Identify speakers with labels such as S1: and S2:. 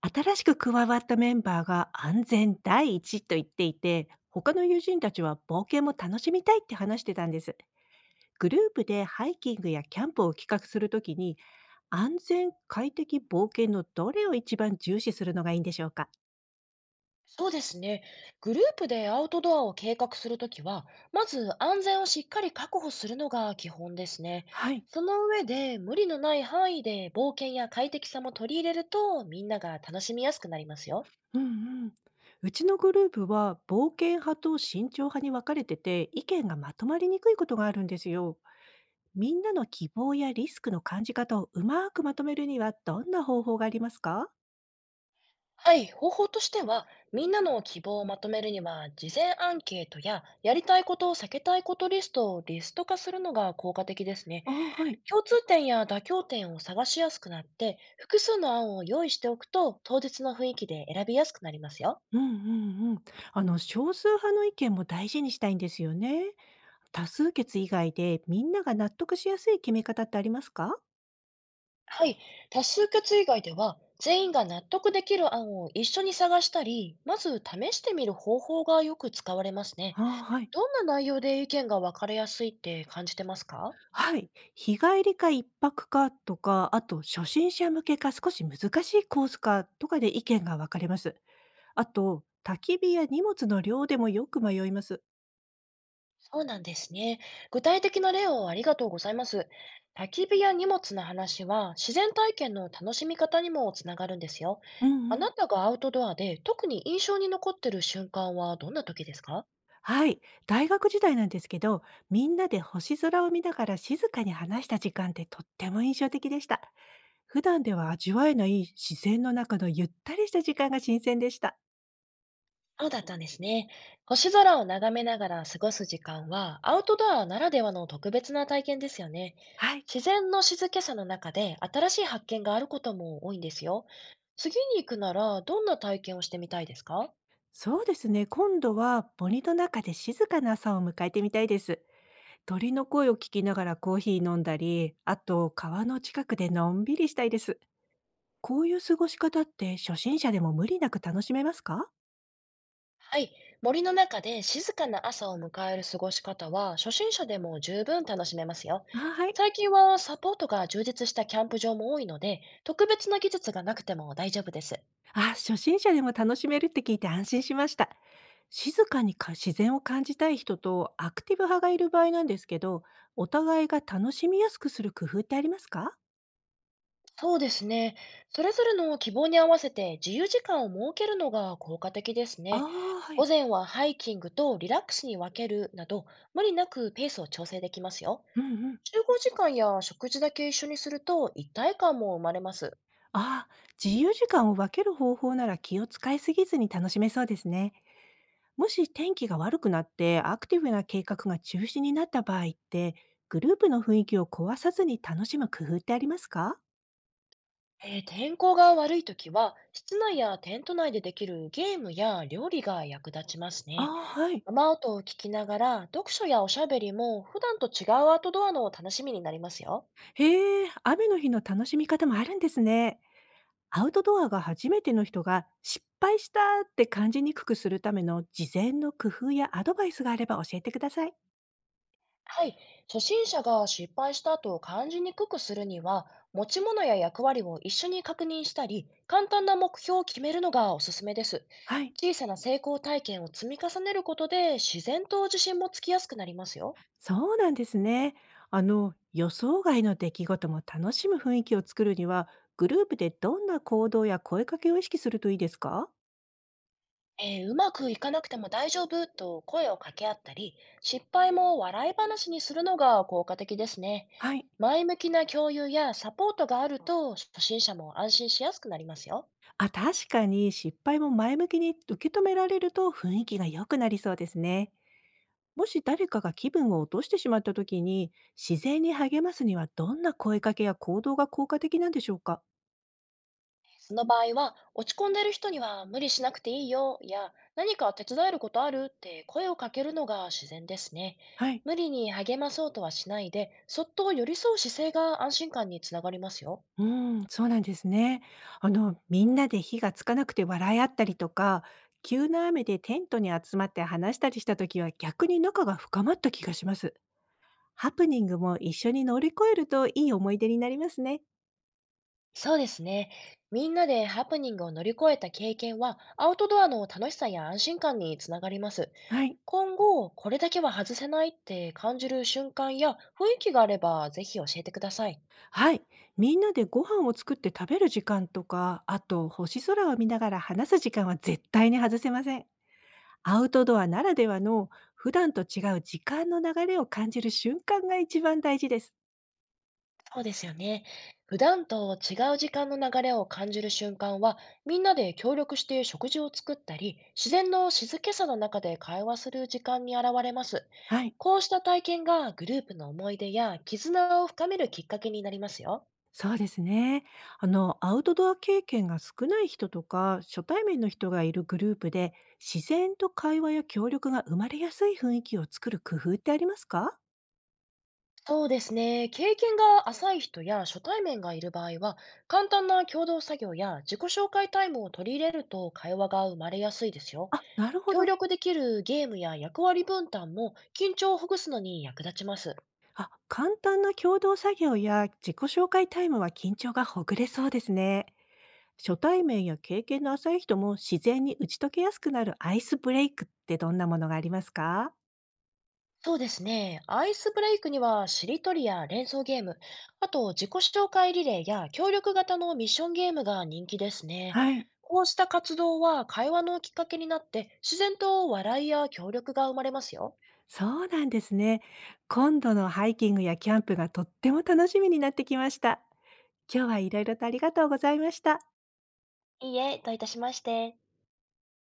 S1: 新しく加わったメンバーが安全第一と言っていて、他の友人たちは冒険も楽しみたいって話してたんです。グループでハイキングやキャンプを企画するときに、安全、快適、冒険のどれを一番重視するのがいいんでしょうか？
S2: そうですね。グループでアウトドアを計画するときは、まず安全をしっかり確保するのが基本ですね。
S1: はい。
S2: その上で、無理のない範囲で冒険や快適さも取り入れると、みんなが楽しみやすくなりますよ。
S1: うんうん。うちのグループは冒険派と慎重派に分かれてて、意見がまとまりにくいことがあるんですよ。みんなの希望やリスクの感じ方をうまくまとめるにはどんな方法がありますか？
S2: はい、方法としては、みんなの希望をまとめるには、事前アンケートや、やりたいことを避けたいことリストをリスト化するのが効果的ですね。
S1: ああ、はい。
S2: 共通点や妥協点を探しやすくなって、複数の案を用意しておくと、当日の雰囲気で選びやすくなりますよ。
S1: うんうんうん。あの、少数派の意見も大事にしたいんですよね。多数決以外でみんなが納得しやすい決め方ってありますか？
S2: はい。多数決以外では、全員が納得できる案を一緒に探したり、まず試してみる方法がよく使われますね。
S1: ああ、はい。
S2: どんな内容で意見が分かれやすいって感じてますか？
S1: はい。日帰りか一泊かとか、あと初心者向けか少し難しいコースかとかで意見が分かれます。あと、焚き火や荷物の量でもよく迷います。
S2: そうなんですね。具体的な例をありがとうございます。焚き火や荷物の話は自然体験の楽しみ方にもつながるんですよ。
S1: う
S2: あ
S1: んうん。
S2: なたがアウトドアで特に印象に残ってる瞬間はどんな時ですか？
S1: はい。大学時代なんですけど、みんなで星空を見ながら静かに話した時間ってとっても印象的でした。普段では味わえない自然の中のゆったりした時間が新鮮でした。
S2: そうだったんですね。星空を眺めながら過ごす時間はアウトドアならではの特別な体験ですよね。
S1: はい。
S2: 自然の静けさの中で新しい発見があることも多いんですよ。次に行くならどんな体験をしてみたいですか？
S1: そうですね。今度は森の中で静かな朝を迎えてみたいです。鳥の声を聞きながらコーヒー飲んだり、あと川の近くでのんびりしたいです。こういう過ごし方って初心者でも無理なく楽しめますか？
S2: はい。森の中で静かな朝を迎える過ごし方は、初心者でも十分楽しめますよ。
S1: あ、はい。
S2: 最近はサポートが充実したキャンプ場も多いので、特別な技術がなくても大丈夫です。
S1: あ、初心者でも楽しめるって聞いて安心しました。静かにか自然を感じたい人とアクティブ派がいる場合なんですけど、お互いが楽しみやすくする工夫ってありますか？
S2: そうですね。それぞれの希望に合わせて自由時間を設けるのが効果的です
S1: あ
S2: ね。
S1: あー、は
S2: 午
S1: い。
S2: 前はハイキングとリラックスに分けるなど、無理なくペースを調整できますよ。
S1: うんうん。
S2: 15時間や食事だけ一緒にすると一体感も生まれます。
S1: ああ、自由時間を分ける方法なら気を使いすぎずに楽しめそうですね。もし天気が悪くなってアクティブな計画が中止になった場合って、グループの雰囲気を壊さずに楽しむ工夫ってありますか？
S2: 天候が悪いときは、室内やテント内でできるゲームや料理が役立ちますね。
S1: ああー、はい。
S2: 雨音を聞きながら、読書やおしゃべりも普段と違うアウトドアの楽しみになりますよ。
S1: へえ、雨の日の楽しみ方もあるんですね。アウトドアが初めての人が失敗したって感じにくくするための事前の工夫やアドバイスがあれば教えてください。
S2: はい。初心者が失敗した後を感じにくくするには、持ち物や役割を一緒に確認したり、簡単な目標を決めるのがおすすめです。
S1: はい。
S2: 小さな成功体験を積み重ねることで、自然と自信もつきやすくなりますよ。
S1: そうなんですね。あの、予想外の出来事も楽しむ雰囲気を作るには、グループでどんな行動や声かけを意識するといいですか？
S2: うまくいかなくても大丈夫と声を掛け合ったり、失敗も笑い話にするのが効果的ですね。
S1: はい。
S2: 前向きな共有やサポートがあると初心者も安心しやすくなりますよ。
S1: あ、確かに失敗も前向きに受け止められると雰囲気が良くなりそうですね。もし誰かが気分を落としてしまった時に、自然に励ますにはどんな声かけや行動が効果的なんでしょうか？
S2: その場合は、落ち込んでる人には無理しなくていいよや何か手伝えることあるって声をかけるのが自然ですね。
S1: はい。
S2: 無理に励まそうとはしないで、そっと寄り添う姿勢が安心感につながりますよ。
S1: うん、そうなんですね。あの、みんなで火がつかなくて笑い合ったりとか、急な雨でテントに集まって話したりした時は逆に仲が深まった気がします。ハプニングも一緒に乗り越えるといい思い出になりますね。
S2: そうですね。みんなでハプニングを乗り越えた経験は、アウトドアの楽しさや安心感につながります。
S1: はい。
S2: 今後、これだけは外せないって感じる瞬間や雰囲気があれば、ぜひ教えてください。
S1: はい。みんなでご飯を作って食べる時間とか、あと星空を見ながら話す時間は絶対に外せません。アウトドアならではの普段と違う時間の流れを感じる瞬間が一番大事です。
S2: そうですよね。普段と違う時間の流れを感じる瞬間は、みんなで協力して食事を作ったり、自然の静けさの中で会話する時間に現れます。
S1: はい。
S2: こうした体験がグループの思い出や絆を深めるきっかけになりますよ。
S1: そうですね。あの、アウトドア経験が少ない人とか、初対面の人がいるグループで、自然と会話や協力が生まれやすい雰囲気を作る工夫ってありますか？
S2: そうですね。経験が浅い人や初対面がいる場合は、簡単な共同作業や自己紹介タイムを取り入れると会話が生まれやすいですよ。
S1: あ、なるほ
S2: 協
S1: ど。
S2: 力できるゲームや役割分担も緊張をほぐすのに役立ちます。
S1: あ、簡単な共同作業や自己紹介タイムは緊張がほぐれそうですね。初対面や経験の浅い人も自然に打ち解けやすくなるアイスブレイクってどんなものがありますか？
S2: そうですね。アイスブレイクにはしりとりや連想ゲーム、あと自己紹介リレーや協力型のミッションゲームが人気ですね。
S1: はい。
S2: こうした活動は会話のきっかけになって自然と笑いや協力が生まれますよ。
S1: そうなんですね。今度のハイキングやキャンプがとっても楽しみになってきました。今日はいろいろとありがとうございました。
S2: いいえ、どういたしまして。